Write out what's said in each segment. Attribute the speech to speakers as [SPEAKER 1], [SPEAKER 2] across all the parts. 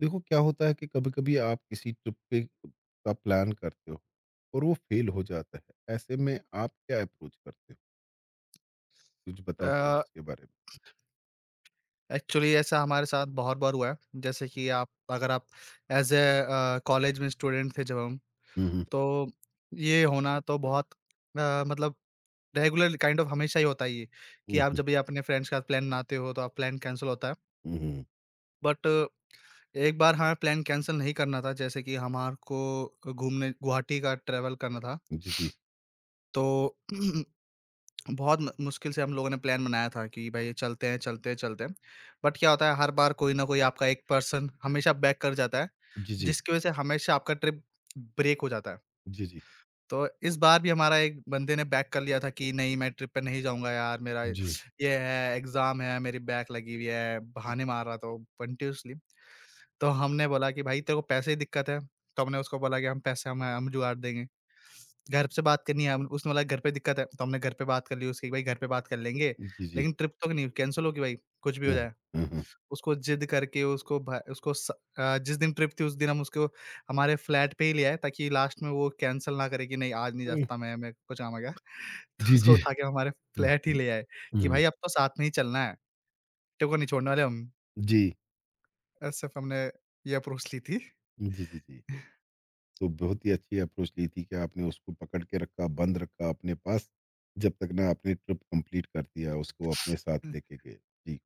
[SPEAKER 1] देखो क्या होता है कि कभी-कभी आप किसी ट्रिप पे का प्लान करते हो और वो फेल हो जाता है। ऐसे में आप क्या अप्रोच करते हो? कुछ बताओ थोड़ा
[SPEAKER 2] अ,
[SPEAKER 1] इसके बारे में?
[SPEAKER 2] एक्चुअली ऐसा हमारे साथ बहुत बार हुआ है। जैसे कि आप, अगर आप एज़ ए कॉलेज में स्टूडेंट थे जब हम,
[SPEAKER 1] हुँ, हुँ।
[SPEAKER 2] तो ये होना तो बहुत मतलब रेगुलर काइंड ऑफ हमेशा ही होता है ये, कि
[SPEAKER 1] हुँ,
[SPEAKER 2] आप
[SPEAKER 1] हुँ,
[SPEAKER 2] जब भी अपने फ्रेंड्स के साथ प्लान बनाते हो, तो आप प्लान कैंसल होता है।
[SPEAKER 1] हुँ, हुँ।
[SPEAKER 2] बट एक बार हमें प्लान कैंसल नहीं करना था, जैसे कि हमारे को घूमने गुवाहाटी का ट्रैवल करना था।
[SPEAKER 1] जी, जी।
[SPEAKER 2] तो बहुत म मुश्किल से हम लोगों ने प्लान बनाया था कि भई चलते हैं, चलते हैं, चलते हैं। बट क्या होता है, हर बार कोई ना कोई आपका एक पर्सन हमेशा बैक कर जाता है,
[SPEAKER 1] जी, जी।
[SPEAKER 2] जिसकी वज़ह से हमेशा आपका ट्रिप ब्रेक हो जाता है।
[SPEAKER 1] जी, जी।
[SPEAKER 2] तो इस बार भी हमारा एक बंदे ने बैक कर लिया था कि नहीं, मैं ट्रिप पे नहीं जाऊँगा यार, मेरा
[SPEAKER 1] जी,
[SPEAKER 2] ये है, एग्ज़ाम है, मेरी बैक लगी हुई है, बहाने मार रहा था वो कंटीन्यूअसली। तो हमने बोला कि भाई तेरे को पैसे की दिक्कत है, तो हमने उसको बोला कि हम पैसे हम जुगाड़ देंगे। घर से बात करनी है, हम उसने बोला घर पे दिक्कत है, तो हमने घर पे बात कर ली उसकी, भाई घर पे बात कर लेंगे,
[SPEAKER 1] जी, जी।
[SPEAKER 2] लेकिन ट्रिप तो नहीं कैंसल होगी भाई, कुछ भी हो
[SPEAKER 1] हाँ,
[SPEAKER 2] जाए।
[SPEAKER 1] हाँ, हाँ।
[SPEAKER 2] उसको जिद करके उसको भा उसको स अ, जिस दिन ट्रिप थी, उस दिन हम उसको हमारे फ्लैट पे ही ले आए, ताकि लास्ट में वो कैंसल ना करे कि नहीं, आज नहीं जा
[SPEAKER 1] हुँ।
[SPEAKER 2] सकता मैं, मेरे को काम आ गया। तो
[SPEAKER 1] जी,
[SPEAKER 2] उसको
[SPEAKER 1] जी।
[SPEAKER 2] उठा के हम हमारे
[SPEAKER 1] हुँ,
[SPEAKER 2] फ्लैट ही
[SPEAKER 1] हुँ,
[SPEAKER 2] ले आए कि
[SPEAKER 1] हुँ।
[SPEAKER 2] भाई अब तो साथ में ही चलना है, तेरे को नहीं छोड़ने वाले हम।
[SPEAKER 1] जी।
[SPEAKER 2] ऐसे हमने ये अप्रोच ली थी।
[SPEAKER 1] जी, जी, जी। तो बहुत ही अच्छी अप्रोच ली थी कि आपने उसको पकड़ के रखा, बंद रखा अपने पास, जब तक ना आपने ट्रिप कंप्लीट कर दिया, उसको अपने साथ लेके गए। जी।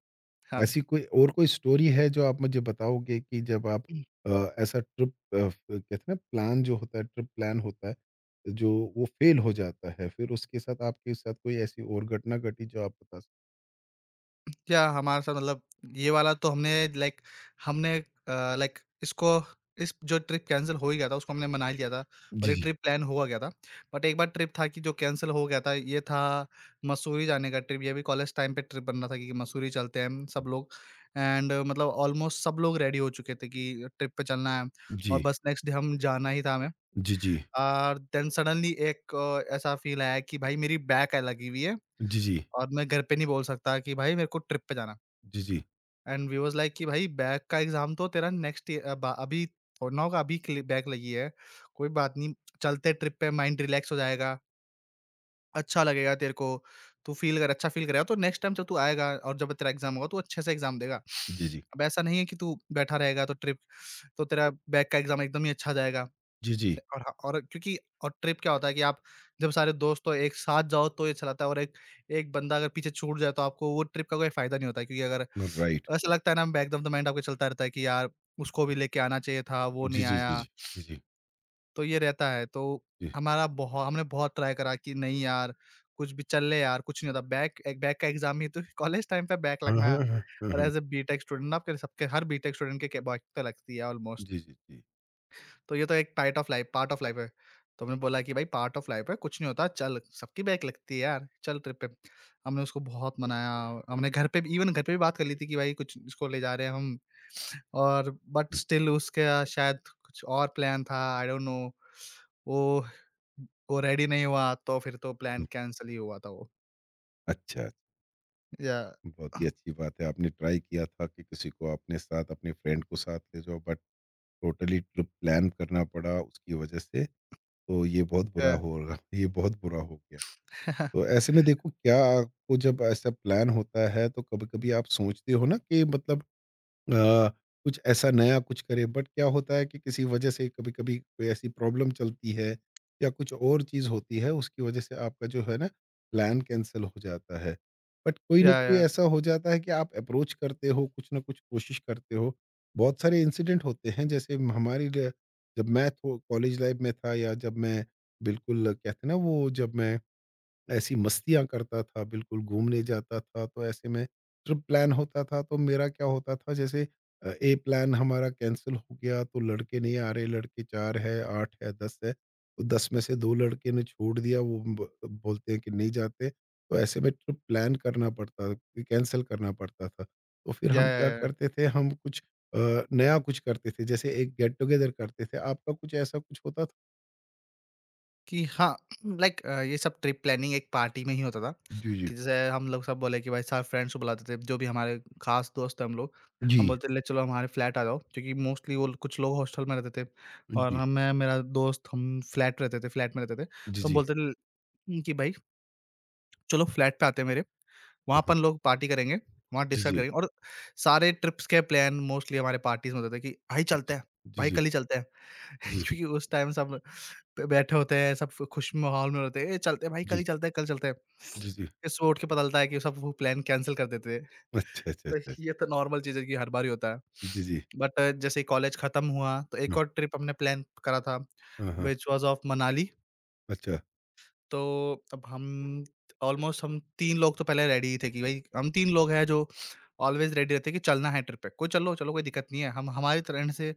[SPEAKER 1] ऐसी
[SPEAKER 2] हाँ।
[SPEAKER 1] कोई और कोई स्टोरी है जो आप मुझे बताओगे कि जब आप ऐसा ट्रिप कहते हैं ना प्लान जो होता है ट्रिप प्लान होता है जो वो फेल हो जाता है फिर उसके साथ आपके साथ कोई ऐसी और घटना घटी जो आप बता सकते।
[SPEAKER 2] क्या हमारे साथ, मतलब ये वाला तो हमने लाइक हमने लाइक इसको, इस जो ट्रिप कैंसिल हो ही गया था, उसको हमने मना ही लिया था और ये
[SPEAKER 1] जी,
[SPEAKER 2] ट्रिप प्लान हुआ गया था। बट एक बार ट्रिप था कि जो कैंसिल हो गया था, ये था मसूरी जाने का ट्रिप। ये भी कॉलेज टाइम पे ट्रिप बनना था कि मसूरी चलते हैं हम सब लोग। एंड मतलब ऑलमोस्ट सब लोग रेडी हो चुके थे कि ट्रिप पे चलना है, और
[SPEAKER 1] जी,
[SPEAKER 2] बस नेक्स्ट डे हम जाना ही था हमें।
[SPEAKER 1] जी, जी, जी,
[SPEAKER 2] और देन सडनली एक ऐसा फील आया कि भाई मेरी बैक लगी हुई है
[SPEAKER 1] जी।
[SPEAKER 2] और मैं घर पे नहीं बोल सकता कि भाई मेरे को ट्रिप पे जाना है।
[SPEAKER 1] जी, जी, जी,
[SPEAKER 2] एंड वी वाज़ लाइक कि भाई बैक का एग्ज़ाम तो तेरा नेक्स्ट ईयर, अब अभी थोड़ी ना होगा, अभी के लिए बैक लगी है, कोई बात नहीं, चलते ट्रिप पे माइंड रिलैक्स हो जाएगा, अच्छा लगेगा तेरे को, तू फ़ील कर अच्छा फ़ील करेगा, तो नेक्स्ट टाइम जब तू आएगा और जब तेरा एग्ज़ाम होगा, तू अच्छे से एग्ज़ाम देगा।
[SPEAKER 1] जी, जी,
[SPEAKER 2] अब ऐसा नहीं है कि तू बैठा रहेगा, तो ट्रिप, तो तेरा बैक का एग्ज़ाम एकदम ही अच्छा जाएगा।
[SPEAKER 1] जी।
[SPEAKER 2] से और हाँ, और क्योंकि, और ट्रिप क्या होता है कि आप जब सारे दोस्त हो एक साथ जाओ, तो ये चलाता है, और एक एक बंदा अगर पीछे छूट जाए, तो आपको वो ट्रिप का कोई फायदा नहीं होता है, क्योंकि अगर
[SPEAKER 1] जी राइट।
[SPEAKER 2] ऐसा लगता है ना, बैक ऑफ द माइंड आपके चलता रहता है कि यार उसको भी लेके आना चाहिए था, वो
[SPEAKER 1] जी,
[SPEAKER 2] नहीं
[SPEAKER 1] जी, जी, जी,
[SPEAKER 2] आया।
[SPEAKER 1] जी, जी,
[SPEAKER 2] तो ये रहता है। तो
[SPEAKER 1] जी।
[SPEAKER 2] हमारा बहुत हमने बहुत ट्राई करा कि नहीं यार, कुछ भी चल ले यार, कुछ नहीं होता, बैक एक बैक का एग्जाम ही तो कॉलेज टाइम पे बैक
[SPEAKER 1] हाँ, हाँ,
[SPEAKER 2] लगना,
[SPEAKER 1] हाँ, हाँ,
[SPEAKER 2] और
[SPEAKER 1] हाँ।
[SPEAKER 2] एज ए बीटेक स्टूडेंट ना, आपके सबके, हर बीटेक स्टूडेंट के बैक तो लगती है ऑलमोस्ट।
[SPEAKER 1] जी, जी, जी।
[SPEAKER 2] तो ये तो एक part of life, part of life है। तो हमने बोला कि भाई पार्ट ऑफ लाइफ है, कुछ नहीं होता चल, सबकी बैक लगती है यार, चल ट्रिप पे। हमने उसको बहुत मनाया, हमने घर पे भी, इवन घर पे भी बात कर ली थी कि भाई कुछ इसको ले जा रहे हैं हम, और बट
[SPEAKER 1] हम्म।
[SPEAKER 2] स्टिल उसका शायद कुछ और प्लान था, आई डोंट नो। वो वो रेडी नहीं हुआ, तो फिर तो प्लान
[SPEAKER 1] हम्म,
[SPEAKER 2] कैंसल ही हुआ था वो।
[SPEAKER 1] अच्छा, अच्छा।
[SPEAKER 2] या
[SPEAKER 1] बहुत ही अच्छी बात है, आपने ट्राई किया था कि किसी को अपने साथ अपने फ्रेंड को साथ ले जाओ, बट टोटली ट्रिप प्लान करना पड़ा उसकी वजह से, तो ये बहुत बुरा
[SPEAKER 2] या,
[SPEAKER 1] होगा, ये बहुत बुरा हो गया। तो ऐसे में देखो क्या आपको जब ऐसा प्लान होता है, तो कभी-कभी आप सोचते हो ना कि मतलब अ, कुछ ऐसा नया कुछ करे, बट क्या होता है कि किसी वजह से कभी-कभी कोई ऐसी प्रॉब्लम चलती है या कुछ और चीज़ होती है उसकी वजह से आपका जो है ना प्लान कैंसल हो जाता है। बट कोई ना कोई
[SPEAKER 2] या,
[SPEAKER 1] ऐसा हो जाता है कि आप अप्रोच करते हो, कुछ ना कुछ कोशिश करते हो। बहुत सारे इंसिडेंट होते हैं जैसे हमारी ल जब मैं थो कॉलेज लाइफ में था या जब मैं बिल्कुल कहते हैं ना वो जब मैं ऐसी मस्तियाँ करता था, बिल्कुल घूमने जाता था, तो ऐसे में ट्रिप प्लान होता था, तो मेरा क्या होता था जैसे ए प्लान हमारा कैंसल हो गया, तो लड़के नहीं आ रहे, लड़के 4 है, 8 है, 10 है, तो 10 में से 2 लड़के ने छोड़ दिया, वो ब बोलते हैं कि नहीं जाते, तो ऐसे में ट्रिप प्लान करना पड़ता कैंसल करना पड़ता था। तो फिर
[SPEAKER 2] या,
[SPEAKER 1] हम क्या
[SPEAKER 2] या।
[SPEAKER 1] करते थे, हम कुछ अ, नया कुछ करते थे, जैसे एक गेट टुगेदर करते थे, आपका कुछ ऐसा कुछ होता था?
[SPEAKER 2] कि हाँ, लाइक ये सब ट्रिप प्लानिंग एक पार्टी में ही होता था,
[SPEAKER 1] जी, जी।
[SPEAKER 2] कि जैसे हम लोग सब बोले कि भाई सारे फ्रेंड्स को बुलाते थे, जो भी हमारे खास दोस्त हैं हम लोग। हम
[SPEAKER 1] जी,
[SPEAKER 2] बोलते, ले चलो हमारे फ्लैट आ जाओ, क्योंकि मोस्टली वो कुछ लोग हॉस्टल में रहते थे और
[SPEAKER 1] जी।
[SPEAKER 2] हम, मैं मेरा दोस्त, हम फ्लैट रहते थे, फ्लैट में रहते थे।
[SPEAKER 1] जी,
[SPEAKER 2] तो हम
[SPEAKER 1] जी।
[SPEAKER 2] बोलते थे कि भाई चलो फ्लैट पे आते हैं मेरे,
[SPEAKER 1] हुँ,
[SPEAKER 2] वहाँ
[SPEAKER 1] हुँ।
[SPEAKER 2] अपन लोग पार्टी करेंगे, वहाँ
[SPEAKER 1] जी,
[SPEAKER 2] डिसाइड
[SPEAKER 1] जी।
[SPEAKER 2] करेंगे, और सारे ट्रिप्स के प्लान मोस्टली हमारे पार्टीज़ में होते थे कि भाई
[SPEAKER 1] जी,
[SPEAKER 2] चलते हैं,
[SPEAKER 1] जी,
[SPEAKER 2] भाई
[SPEAKER 1] जी,
[SPEAKER 2] कल ही चलते हैं। क्योंकि उस टाइम सब ब बैठे होते हैं, सब खुश माहौल में होते हैं, "ए चलते हैं भाई,
[SPEAKER 1] जी,
[SPEAKER 2] कल
[SPEAKER 1] जी,
[SPEAKER 2] ही चलते हैं, कल चलते हैं।"
[SPEAKER 1] जी, जी।
[SPEAKER 2] फिर सुबह उठ के पता चलता है कि सब वो प्लान कैंसल कर देते हैं।
[SPEAKER 1] अच्छा, अच्छा,
[SPEAKER 2] तो
[SPEAKER 1] अच्छा, अच्छा।
[SPEAKER 2] ये तो नॉर्मल चीज़ है, कि हर बार ही होता है।
[SPEAKER 1] जी, जी।
[SPEAKER 2] बट जैसे ही कॉलेज खत्म हुआ, तो एक
[SPEAKER 1] हाँ,
[SPEAKER 2] और ट्रिप हमने प्लान करा था,
[SPEAKER 1] हाँ, हाँ।
[SPEAKER 2] Which was of Manali.
[SPEAKER 1] अच्छा।
[SPEAKER 2] तो अब हम ऑलमोस्ट हम तीन लोग तो पहले रेडी ही थे कि भाई हम तीन लोग हैं जो ऑलवेज़ रेडी रहते हैं कि चलना है ट्रिप पे। कोई चलो, चलो कोई दिक्कत नहीं है। हम हमारी तरफ से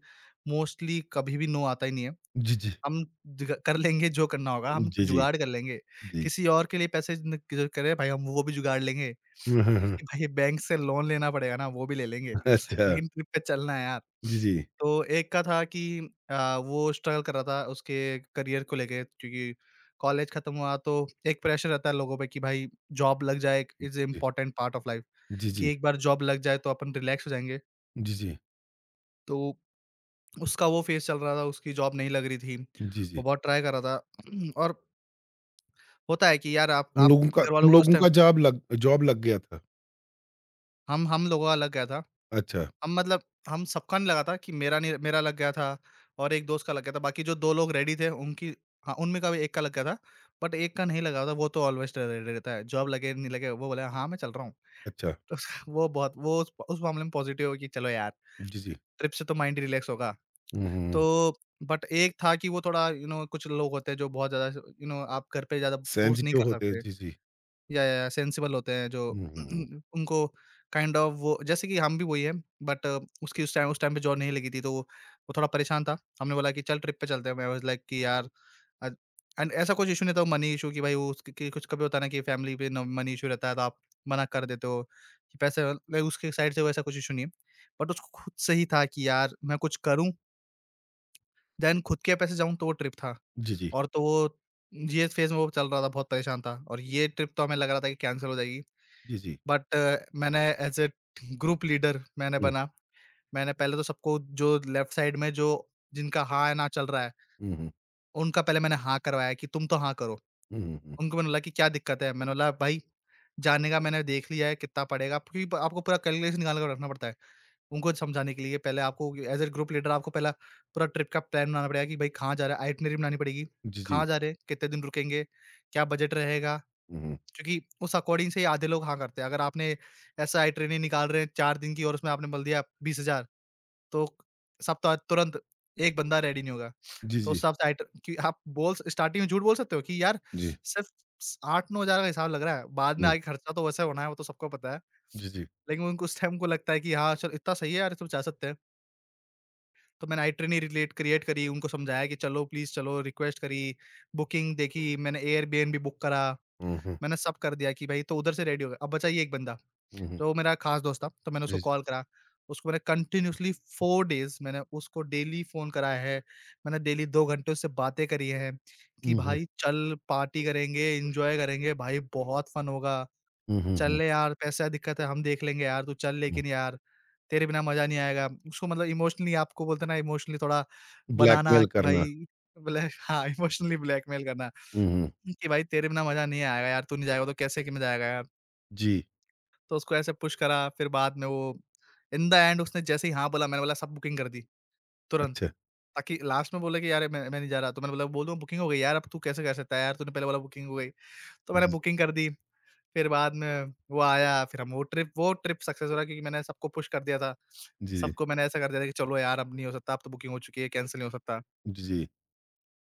[SPEAKER 2] मोस्टली कभी भी नो आता ही नहीं है।
[SPEAKER 1] जी, जी।
[SPEAKER 2] हम जुगा कर लेंगे जो करना होगा, हम
[SPEAKER 1] जी, जी,
[SPEAKER 2] जुगाड़ कर लेंगे।
[SPEAKER 1] जी।
[SPEAKER 2] किसी और के लिए पैसे न करे भाई, हम वो भी जुगाड़ लेंगे।
[SPEAKER 1] हुँ, हाँ, हाँ।
[SPEAKER 2] कि भाई बैंक से लोन लेना पड़ेगा ना, वो भी ले लेंगे,
[SPEAKER 1] अच्छा।
[SPEAKER 2] लेकिन ट्रिप पे चलना है यार।
[SPEAKER 1] जी, जी।
[SPEAKER 2] तो एक का था कि वो स्ट्रगल कर रहा था उसके करियर को लेके, क्योंकि कॉलेज खत्म हुआ तो एक प्रेशर रहता है लोगों पे कि भाई जॉब लग जाए, एक is important part of life,
[SPEAKER 1] जी, जी,
[SPEAKER 2] कि
[SPEAKER 1] जी,
[SPEAKER 2] एक बार जॉब लग जाए तो अपन रिलैक्स हो जाएँगे।
[SPEAKER 1] जी, जी,
[SPEAKER 2] तो उसका वो फेज़ चल रहा था, उसकी जॉब नहीं लग रही थी।
[SPEAKER 1] जी,
[SPEAKER 2] वो
[SPEAKER 1] जी।
[SPEAKER 2] बहुत ट्राई कर रहा था और होता है कि यार आप
[SPEAKER 1] तुम
[SPEAKER 2] आप
[SPEAKER 1] लोगों का तुम
[SPEAKER 2] घरवालों को उस
[SPEAKER 1] लोगों का
[SPEAKER 2] टाइम
[SPEAKER 1] जॉब लग गया था।
[SPEAKER 2] हम लोगों का लग गया था।
[SPEAKER 1] अच्छा,
[SPEAKER 2] हम मतलब हम सबका नहीं लगा था, कि मेरा नहीं, मेरा लग गया था और एक दोस्त का लग गया था। बाकी जो दो लोग रेडी थे उनकी हाँ, उनमें का भी एक का लग गया था। बट एक का नहीं लगा था, वो तो ऑलवेज़ र रेडी रहता है। जॉब लगे, नहीं लगे, वो बोला हाँ, मैं चल रहा हूँ।
[SPEAKER 1] अच्छा।
[SPEAKER 2] वो बहुत, वो उस मामले में पॉज़िटिव है कि चलो यार,
[SPEAKER 1] जी, जी।
[SPEAKER 2] ट्रिप से तो माइंड रिलैक्स होगा।
[SPEAKER 1] हुँ, हुँ,
[SPEAKER 2] तो
[SPEAKER 1] हुँ।
[SPEAKER 2] बट एक था कि वो थोड़ा, यू you नो know, कुछ लोग होते हैं जो बहुत ज़्यादा, यू you नो know, आप घर पे ज़्यादा फ़ोर्स नहीं
[SPEAKER 1] सेंसिटिव
[SPEAKER 2] कर
[SPEAKER 1] होते हैं।
[SPEAKER 2] सकते।
[SPEAKER 1] जी, जी।
[SPEAKER 2] या सेंसिबल होते हैं जो
[SPEAKER 1] हुँ, हुँ, हुँ।
[SPEAKER 2] उनको काइंड ऑफ वो, जैसे कि हम भी वही हैं, बट उसकी उस टाइम पे जॉब नहीं लगी थी, तो वो थोड़ा परेशान था। हमने बोला कि चल ट्रिप पे चलते हैं। आई वाज़ लाइक कि यार अ, एंड ऐसा कुछ इश्यू नहीं था, मनी इश्यू कि भाई वो उसके कि, कुछ कभी होता है ना कि फैमिली पे न, मनी इश्यू रहता है तो आप मना कर देते हो, कि पैसे लाइक उसके साइड से वैसा कुछ इश्यू नहीं है। बट उसको खुद से ही था कि यार मैं कुछ करूँ, देन खुद के पैसे जाऊँ तो वो ट्रिप था।
[SPEAKER 1] जी, जी,
[SPEAKER 2] और तो वो ये फेज़ में वो चल रहा था, बहुत परेशान था, और ये ट्रिप तो हमें लग रहा था कि कैंसल हो जाएगी।
[SPEAKER 1] जी, जी।
[SPEAKER 2] बट मैंने एज ए ग्रुप लीडर मैंने
[SPEAKER 1] हुँ,
[SPEAKER 2] बना। मैंने पहले तो सबको, जो लेफ्ट साइड में, जो जिनका हाँ या ना चल रहा है,
[SPEAKER 1] हुँ, हुँ,
[SPEAKER 2] उनका पहले मैंने हाँ करवाया कि तुम तो हाँ करो।
[SPEAKER 1] हुँ, हुँ, हुँ।
[SPEAKER 2] उनको मैंने बोला कि क्या दिक्कत है? मैंने बोला भाई, जाने का मैंने देख लिया है कितना पड़ेगा, क्योंकि प आपको पूरा कैलकुलेशन निकाल कर रखना पड़ता है। उनको समझाने के लिए पहले आपको एज ए ग्रुप लीडर आपको पहला पूरा ट्रिप का प्लान बनाना पड़ेगा कि भाई कहाँ जा रहा है, आइटिनरी बनानी पड़ेगी।
[SPEAKER 1] जी, जी।
[SPEAKER 2] कहाँ जा रहे हैं? कितने दिन रुकेंगे? क्या बजट रहेगा?
[SPEAKER 1] हुँ, हुँ।
[SPEAKER 2] क्योंकि उस अकॉर्डिंग से ही आधे लोग हाँ करते हैं। अगर आपने एसआई ट्रेनिंग निकाल रहे हैं 4 दिन की और उसमें आपने बोल दिया 20,000, तो सब तो तुरंत एक बंदा रेडी नहीं होगा।
[SPEAKER 1] जी,
[SPEAKER 2] तो उस
[SPEAKER 1] जी,
[SPEAKER 2] हिसाब से आइट कि आप बोल स्टार्टिंग में झूठ बोल सकते हो कि यार
[SPEAKER 1] जी।
[SPEAKER 2] सिर्फ़ स 8-9,000 का हिसाब लग रहा है, बाद में
[SPEAKER 1] हुँ।
[SPEAKER 2] आगे खर्चा तो वैसे होना है, वो तो सबको पता है।
[SPEAKER 1] जी, जी।
[SPEAKER 2] लेकिन उनको उस टाइम को लगता है कि हाँ, चल इतना सही है यार, सब जा सकते हैं। तो मैंने आई ट्रेनिंग रिलेट क्रिएट करी, उनको समझाया कि चलो प्लीज़ चलो, रिक्वेस्ट करी, बुकिंग देखी, मैंने एयरबीएनबी बुक करा।
[SPEAKER 1] हुँ, हुँ,
[SPEAKER 2] मैंने सब कर दिया कि भाई तो उधर से रेडी हो गया। अब बचा ये 1 बंदा,
[SPEAKER 1] हुँ, हुँ।
[SPEAKER 2] जो मेरा खास दोस्त था, तो मैंने उसको
[SPEAKER 1] जी, जी।
[SPEAKER 2] कॉल करा। उसको मैंने कंटिन्यूअसली 4 डेज़ मैंने उसको डेली फ़ोन कराया है। मैंने डेली 2 घंटे उससे बातें करी हैं कि
[SPEAKER 1] हुँ, हुँ।
[SPEAKER 2] भाई चल पार्टी करेंगे, एन्जॉय करेंगे, भाई बहुत फ़न होगा।
[SPEAKER 1] हुँ, हुँ,
[SPEAKER 2] चल
[SPEAKER 1] हुँ,
[SPEAKER 2] ले यार, पैसा दिक्कत है, हम देख लेंगे यार, तू चल,
[SPEAKER 1] हुँ।
[SPEAKER 2] लेकिन यार, तेरे बिना मज़ा नहीं आएगा। उसको मतलब इमोशनली, आपको बोलते हैं ना, इमोशनली थोड़ा बनाना
[SPEAKER 1] ब्लैकमेल
[SPEAKER 2] कि
[SPEAKER 1] करना।
[SPEAKER 2] भाई ब्लैक हाँ, इमोशनली ब्लैकमेल करना।
[SPEAKER 1] हुँ, हुँ।
[SPEAKER 2] कि भाई तेरे बिना मज़ा नहीं आएगा यार, तू नहीं जाएगा तो कैसे कि मैं जाएगा यार?
[SPEAKER 1] जी।
[SPEAKER 2] तो उसको ऐसे पुश करा, फिर बाद में वो इन द एंड उसने जैसे ही हाँ बोला, मैंने बोला सब बुकिंग कर दी, तुरंत।
[SPEAKER 1] अच्छा।
[SPEAKER 2] ताकि लास्ट में बोले कि यार मैं नहीं जा रहा, तो मैंने बोला, बोल दूँ बुकिंग हो गई यार, अब तू कैसे कर सकता है यार, तूने पहले बोला बुकिंग हो गई। तो मैंने
[SPEAKER 1] जी,
[SPEAKER 2] बुकिंग कर दी, फिर बाद में वो आया, फिर हम वो ट्रिप सक्सेस हो रहा क्योंकि मैंने सबको पुश कर दिया था।
[SPEAKER 1] जी,
[SPEAKER 2] सबको मैंने ऐसा कर दिया था कि चलो यार अब नहीं हो सकता, अब तो बुकिंग हो चुकी है, कैंसल नहीं हो सकता।
[SPEAKER 1] जी।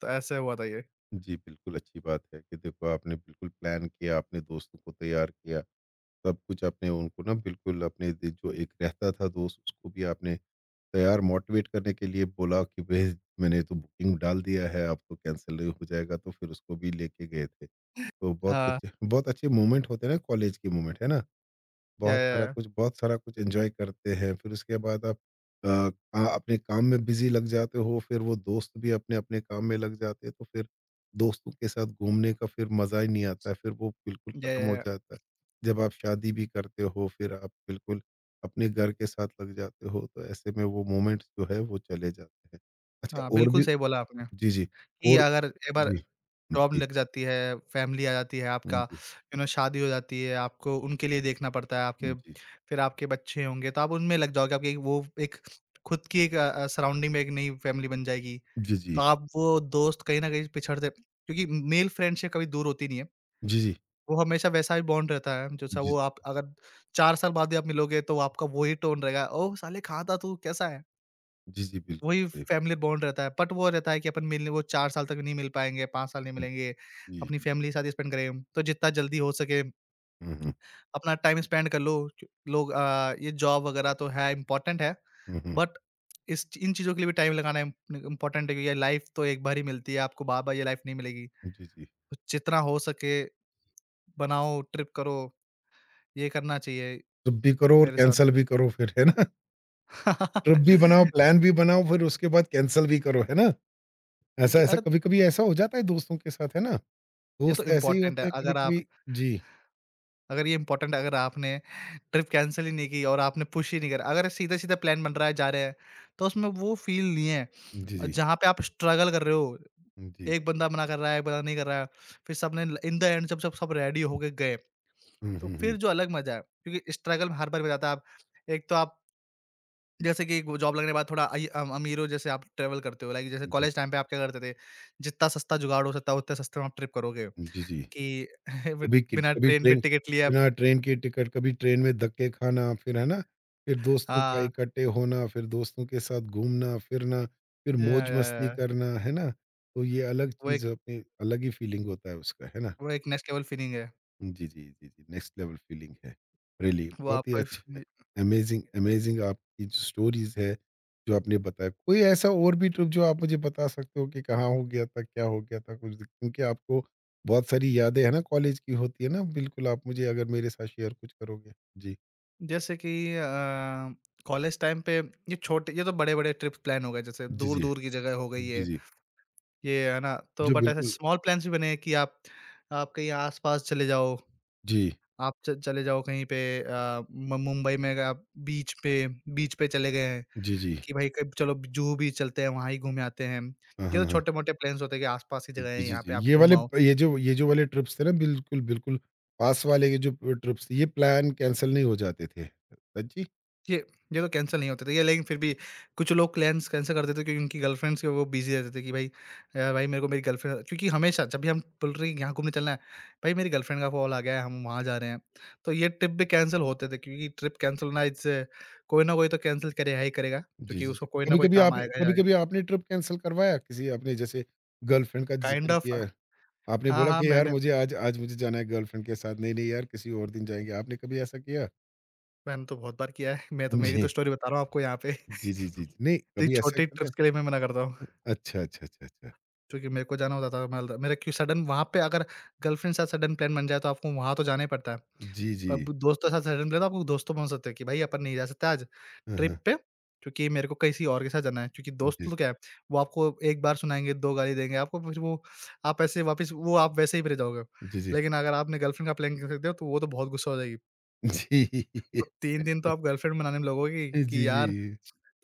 [SPEAKER 2] तो ऐसे हुआ था ये।
[SPEAKER 1] जी, बिल्कुल अच्छी बात है कि देखो आपने बिल्कुल प्लान किया, आपने दोस्तों को तैयार किया, सब कुछ आपने उनको ना बिल्कुल अपने दि जो एक रहता था दोस्त उसको भी आपने तैयार, मोटिवेट करने के लिए बोला कि भई मैंने तो बुकिंग डाल दिया है, अब तो कैंसल हो जाएगा, तो फिर उसको भी लेके गए थे। तो बहुत
[SPEAKER 2] हाँ।
[SPEAKER 1] अच्छे बहुत अच्छे मोमेंट होते हैं ना कॉलेज के मोमेंट, है ना?
[SPEAKER 2] या,
[SPEAKER 1] बहुत सारा
[SPEAKER 2] या,
[SPEAKER 1] कुछ बहुत सारा कुछ एन्जॉय करते हैं। फिर उसके बाद आप अ, अपने काम में बिज़ी लग जाते हो, फिर वो दोस्त भी अपने-अपने काम में लग जाते हैं, तो फिर दोस्तों के साथ घूमने का फिर मज़ा ही नहीं आता है, फिर वो बिल्कुल खत्म हो
[SPEAKER 2] या, या।
[SPEAKER 1] जाता है। जब आप शादी भी करते हो, फिर आप बिल्कुल अपने घर के साथ लग जाते हो, तो ऐसे में वो मोमेंट्स जो है वो चले जाते हैं। अच्छा,
[SPEAKER 2] हाँ,
[SPEAKER 1] और
[SPEAKER 2] बिल्कुल
[SPEAKER 1] भी।
[SPEAKER 2] सही बोला आपने।
[SPEAKER 1] जी, जी।
[SPEAKER 2] कि
[SPEAKER 1] और
[SPEAKER 2] अगर एक बार
[SPEAKER 1] जी, जी,
[SPEAKER 2] जॉब
[SPEAKER 1] जी,
[SPEAKER 2] लग जाती है, फैमिली आ जाती है, आपका यू नो शादी हो जाती है, आपको उनके लिए देखना पड़ता है,
[SPEAKER 1] जी,
[SPEAKER 2] आपके
[SPEAKER 1] जी, जी,
[SPEAKER 2] फिर आपके बच्चे होंगे, तो आप उनमें लग जाओगे, आपकी एक वो एक खुद की एक सराउंडिंग में एक नई फैमिली बन जाएगी। तो
[SPEAKER 1] जी,
[SPEAKER 2] आप वो दोस्त कहीं न कहीं पिछड़ते, क्योंकि मेल फ्रेंडशिप कभी दूर होती नहीं है। वो हमेशा वैसा ही बॉन्ड रहता है, जैसा
[SPEAKER 1] जी, जी,
[SPEAKER 2] वो आप अगर 4 साल बाद भी आप मिलोगे, तो आपका वो ही टोन रहेगा, "ओह! साले, कहाँ था तू? कैसा है?"
[SPEAKER 1] जी, जी, बिल्कुल
[SPEAKER 2] वही
[SPEAKER 1] सही।
[SPEAKER 2] फैमिली बॉन्ड रहता है, बट वो रहता है कि अपन मिलने वो 4 साल तक नहीं मिल पाएँगे, 5 साल नहीं मिलेंगे,
[SPEAKER 1] जी।
[SPEAKER 2] अपनी फैमिली के साथ स्पेंड करेंगे। तो जितना जल्दी हो सके
[SPEAKER 1] हुँ, हुँ।
[SPEAKER 2] अपना टाइम स्पेंड कर लो। च लोग ये जॉब वगैरह तो है, इम्पोर्टेंट है,
[SPEAKER 1] हुँ, हुँ।
[SPEAKER 2] बट इस इन चीज़ों के लिए भी टाइम लगाना इम इम्पोर्टेंट है, क्योंकि ये लाइफ़ तो एक बार ही मिलती है, आपको बार-बार ये लाइफ़ नहीं मिलेगी।
[SPEAKER 1] जी, जी।
[SPEAKER 2] तो जितना हो सके बनाओ, ट्रिप करो, ये करना चाहिए
[SPEAKER 1] ट्रिप भी करो और
[SPEAKER 2] मेरे साथ।
[SPEAKER 1] कैंसल भी करो फिर, है ना? ट्रिप भी जी। बनाओ, प्लान भी बनाओ, फिर उसके बाद कैंसल भी करो, है ना?
[SPEAKER 2] क्योंकि
[SPEAKER 1] ऐसा-ऐसा
[SPEAKER 2] अरे!
[SPEAKER 1] कभी-कभी ऐसा हो जाता है दोस्तों के साथ, है ना?
[SPEAKER 2] ये तो
[SPEAKER 1] दोस्त ऐसे ही
[SPEAKER 2] इम्पोर्टेंट है,
[SPEAKER 1] होते हैं
[SPEAKER 2] अगर आप
[SPEAKER 1] कभी-कभी। जी।
[SPEAKER 2] अगर ये इम्पोर्टेंट अगर आपने ट्रिप कैंसल ही नहीं की और आपने पुश ही नहीं करा, अगर सीधा-सीधा प्लान बन रहा है, जा रहे हैं, तो उसमें वो फ़ील नहीं है।
[SPEAKER 1] जी,
[SPEAKER 2] और
[SPEAKER 1] जी।
[SPEAKER 2] जहाँ पे आप स्ट्रगल कर रहे हो,
[SPEAKER 1] जी।
[SPEAKER 2] एक बंदा मना कर रहा है, एक बंदा नहीं कर रहा है, फिर सबने ल इन द एंड जब सब सब रेडी होके गए,
[SPEAKER 1] हुँ,
[SPEAKER 2] तो
[SPEAKER 1] हुँ,
[SPEAKER 2] फिर
[SPEAKER 1] हुँ।
[SPEAKER 2] जो अलग मज़ा है, क्योंकि स्ट्रगल हर बार बजाता है। आप एक तो आप जैसे कि वो जॉब लगने के बाद थोड़ा अइ अम अमीर हो, जैसे आप ट्रैवल करते हो, लाइक जैसे
[SPEAKER 1] जी,
[SPEAKER 2] कॉलेज
[SPEAKER 1] जी।
[SPEAKER 2] टाइम पे आप क्या करते थे, जितना सस्ता जुगाड़ हो सकता है, उतने सस्ते में आप ट्रिप करोगे
[SPEAKER 1] जी, जी।
[SPEAKER 2] कि बिट
[SPEAKER 1] कभी कि
[SPEAKER 2] बिना
[SPEAKER 1] कभी
[SPEAKER 2] ट्रेन में
[SPEAKER 1] ट्रेन
[SPEAKER 2] टिकट लिए आप।
[SPEAKER 1] बिना ट्रेन की टिकट, कभी ट्रेन में धक्के खाना, फिर है ना, फिर दोस्तों का
[SPEAKER 2] हाँ।
[SPEAKER 1] इकट्ठे होना, फिर दोस्तों के साथ घूमना-फिरना, फिर
[SPEAKER 2] या, या,
[SPEAKER 1] मौज-मस्ती
[SPEAKER 2] या।
[SPEAKER 1] करना, है ना? तो ये अलग
[SPEAKER 2] वो
[SPEAKER 1] चीज़,
[SPEAKER 2] एक
[SPEAKER 1] अपनी अलग ही फीलिंग होता है उसका, है ना?
[SPEAKER 2] नेक्स्ट लेवल फ़ीलिंग है।
[SPEAKER 1] जी, जी, जी, जी, नेक्स्ट लेवल फीलिंग है। रियली
[SPEAKER 2] वो
[SPEAKER 1] बहुत ही
[SPEAKER 2] आपका
[SPEAKER 1] अच्छा।
[SPEAKER 2] फ़ी
[SPEAKER 1] अमेज़िंग अमेज़िंग आपकी जो स्टोरीज़ है, जो आपने बताया। कोई ऐसा और भी ट्रिप जो आप मुझे बता सकते हो कि कहाँ हो गया था, क्या हो गया था कुछ, क्योंकि आपको बहुत सारी यादें हैं ना कॉलेज की होती है ना, बिल्कुल आप मुझे अगर मेरे साथ शेयर कुछ करोगे? जी।
[SPEAKER 2] जैसे कि अ, कॉलेज टाइम पे ये तो बड़े-बड़े ट्रिप्स प्लान हो गए, जैसे
[SPEAKER 1] जी, जी।
[SPEAKER 2] दूर-दूर की जगह हो गई
[SPEAKER 1] जी,
[SPEAKER 2] है,
[SPEAKER 1] जी।
[SPEAKER 2] ये है ना? तो
[SPEAKER 1] जी,
[SPEAKER 2] बट ऐसे
[SPEAKER 1] बिल्कुल।
[SPEAKER 2] स्मॉल प्लान्स भी बने हैं कि आप कहीं आस-पास चले जाओ,
[SPEAKER 1] जी।
[SPEAKER 2] आप च चले जाओ कहीं पे, अ, म मुंबई में, अगर आप बीच पे बीच पे चले गए हैं
[SPEAKER 1] जी, जी।
[SPEAKER 2] कि भाई क चलो जुहू बीच चलते हैं, वहाँ ही घूम आते हैं।
[SPEAKER 1] हाँ, हाँ,
[SPEAKER 2] ये तो
[SPEAKER 1] हाँ।
[SPEAKER 2] छोटे-मोटे प्लान्स होते हैं कि आस-पास की जगह
[SPEAKER 1] जी,
[SPEAKER 2] है,
[SPEAKER 1] जी,
[SPEAKER 2] यहाँ
[SPEAKER 1] जी।
[SPEAKER 2] पे आप
[SPEAKER 1] ये
[SPEAKER 2] घूम
[SPEAKER 1] वाले
[SPEAKER 2] आओ।
[SPEAKER 1] ये जो वाले ट्रिप्स थे ना बिल्कुल, बिल्कुल पास वाले के जो ट्रिप्स, ये प्लान कैंसल नहीं हो जाते थे। सच्ची।
[SPEAKER 2] ये ये तो कैंसल नहीं होते थे ये, लेकिन फिर भी कुछ लोग प्लान्स कैंसल कर देते थे क्योंकि उनकी गर्लफ्रेंड्स के वो बिजी रहते थे कि भाई भाई मेरे को मेरी गर्लफ्रेंड, क्योंकि हमेशा जब भी हम बोल रहे हैं कि यहाँ घूमने चलना है, भाई मेरी गर्लफ्रेंड का कॉल आ गया है, हम वहाँ जा रहे हैं। तो ये ट्रिप भी कैंसिल होते थे, क्योंकि ट्रिप कैंसिल होना, इससे कोई ना कोई तो कैंसिल करेगा ही करेगा,
[SPEAKER 1] जी,
[SPEAKER 2] क्योंकि
[SPEAKER 1] जी,
[SPEAKER 2] उसको
[SPEAKER 1] जी।
[SPEAKER 2] कोई ना कोई
[SPEAKER 1] कभी-कभी
[SPEAKER 2] काम
[SPEAKER 1] आपने
[SPEAKER 2] आएगा ही
[SPEAKER 1] कभी-कभी
[SPEAKER 2] आएगा।
[SPEAKER 1] आपने ट्रिप कैंसल करवाया किसी, आपने जैसे गर्लफ्रेंड का
[SPEAKER 2] काइंड
[SPEAKER 1] ज़िक्र
[SPEAKER 2] ऑफ।
[SPEAKER 1] किया, है, आपने
[SPEAKER 2] हाँ,
[SPEAKER 1] बोला
[SPEAKER 2] हाँ,
[SPEAKER 1] कि यार
[SPEAKER 2] मैंने
[SPEAKER 1] मुझे आज आज मुझे जाना है गर्लफ्रेंड के साथ, नहीं, नहीं यार किसी और दिन जाएँगे, आपने कभी ऐसा किया?
[SPEAKER 2] मैंने तो बहुत बार किया है, मैं तो मेरी तो
[SPEAKER 1] जी।
[SPEAKER 2] स्टोरी बता रहा हूँ आपको यहाँ पे।
[SPEAKER 1] जी, जी, जी, जी। नहीं,
[SPEAKER 2] जी,
[SPEAKER 1] कभी ऐसा
[SPEAKER 2] छोटी
[SPEAKER 1] करते
[SPEAKER 2] ट्रिप्स
[SPEAKER 1] हैं।
[SPEAKER 2] के लिए मैं मना करता हूँ,
[SPEAKER 1] अच्छा, अच्छा, अच्छा, अच्छा।
[SPEAKER 2] क्योंकि मेरे को जाना होता था, मैं मेरे क्यों सडन वहाँ पे अगर गर्लफ्रेंड के साथ सडन प्लान बन जाए तो आपको वहाँ तो जाना ही पड़ता है।
[SPEAKER 1] जी, जी।
[SPEAKER 2] अब दोस्तों के साथ सडन प्लान तो आपको दोस्तों बोल सकते हैं कि भाई अपन नहीं जा सकते आज
[SPEAKER 1] हाँ, हाँ।
[SPEAKER 2] ट्रिप पे, क्योंकि मेरे को किसी और के साथ जाना है। क्योंकि दोस्त
[SPEAKER 1] जी,
[SPEAKER 2] तो क्या है, वो आपको एक बार सुनाएँगे, 2 गाली देंगे आपको, फिर वो आप वैसे ही रह जाओगे।
[SPEAKER 1] जी, जी। जी।
[SPEAKER 2] लेकिन अगर आपने गर्लफ्रेंड का प्लान कर सकते हो तो वो तो बहुत गुस्सा हो जाएगी। तो 3 दिन तो आप गर्लफ्रेंड बनाने में लगोगी
[SPEAKER 1] जी,
[SPEAKER 2] कि यार,
[SPEAKER 1] जी।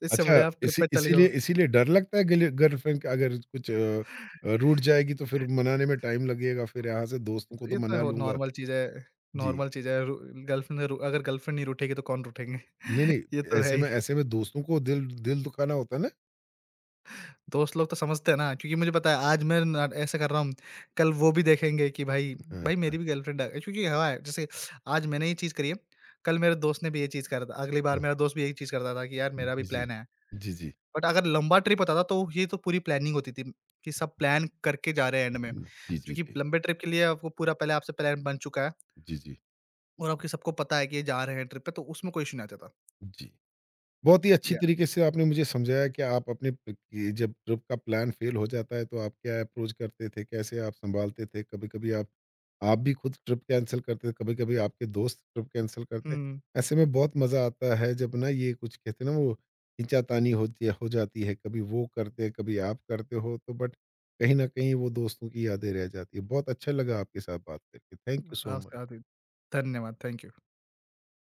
[SPEAKER 2] इससे
[SPEAKER 1] अच्छा,
[SPEAKER 2] बढ़िया आप ट्रिप
[SPEAKER 1] इसी
[SPEAKER 2] पे चले
[SPEAKER 1] इसीलिए
[SPEAKER 2] जाओ।
[SPEAKER 1] इसीलिए डर लगता है गिल गर्लफ्रेंड का, अगर कुछ रूठ जाएगी तो फिर मनाने में टाइम लगेगा, फिर यहाँ से दोस्तों को
[SPEAKER 2] तो
[SPEAKER 1] तो
[SPEAKER 2] ये तो
[SPEAKER 1] मना
[SPEAKER 2] हो
[SPEAKER 1] लूँगा।
[SPEAKER 2] नॉर्मल चीज़ है,
[SPEAKER 1] जी।
[SPEAKER 2] नॉर्मल चीज़ है रू गर्लफ्रेंड, रू अगर गर्लफ्रेंड नहीं रूठेगी तो कौन रूठेंगे?
[SPEAKER 1] नहीं, नहीं,
[SPEAKER 2] ये तो है ही।
[SPEAKER 1] ऐसे में दोस्तों को दिल दिल दुखाना होता है ना?
[SPEAKER 2] दोस्त लोग तो समझते हैं ना, क्योंकि मुझे पता है आज मैं ना ऐसा कर रहा हूँ, कल वो भी देखेंगे कि भाई
[SPEAKER 1] हाँ,
[SPEAKER 2] भाई
[SPEAKER 1] हाँ,
[SPEAKER 2] मेरी भी गर्लफ्रेंड है, क्योंकि हवा है, जैसे आज मैंने ये चीज़ करी है, कल मेरे दोस्त ने भी ये चीज़ करा था, अगली बार
[SPEAKER 1] हाँ।
[SPEAKER 2] मेरा दोस्त भी यही चीज़ करता था कि यार मेरा भी
[SPEAKER 1] जी, जी।
[SPEAKER 2] प्लान है।
[SPEAKER 1] जी, जी।
[SPEAKER 2] बट अगर लंबा ट्रिप होता था तो ये तो पूरी प्लानिंग होती थी कि सब प्लान करके जा रहे हैं एंड में,
[SPEAKER 1] जी, जी,
[SPEAKER 2] क्योंकि
[SPEAKER 1] जी।
[SPEAKER 2] लंबे ट्रिप के लिए आपको पूरा पहले आपसे प्लान बन चुका है।
[SPEAKER 1] जी, जी।
[SPEAKER 2] और आपके सबको पता है कि ये जा रहे हैं ट्रिप पे, तो उसमें कोई इश्यू नहीं आ जाता।
[SPEAKER 1] जी। बहुत ही अच्छी
[SPEAKER 2] या,
[SPEAKER 1] तरीके से आपने मुझे समझाया कि आप अपने ये जब ट्रिप का प्लान फेल हो जाता है तो आप क्या अप्रोच करते थे, कैसे आप संभालते थे, कभी कभी आप आप भी खुद ट्रिप कैंसिल करते थे, कभी कभी आपके दोस्त ट्रिप कैंसिल करते,
[SPEAKER 2] हुँ,
[SPEAKER 1] ऐसे में बहुत मज़ा आता है जब ना, ये कुछ कहते हैं ना, वो खींचातानी होती है हो जाती है, कभी वो करते हैं कभी आप करते हो, तो बट कहीं ना कहीं वो दोस्तों की यादें रह जाती है। बहुत अच्छा लगा आपके साथ बात करके, थैंक यू सो
[SPEAKER 2] आपसे बात
[SPEAKER 1] मच।
[SPEAKER 2] हुई। धन्यवाद, थैंक यू।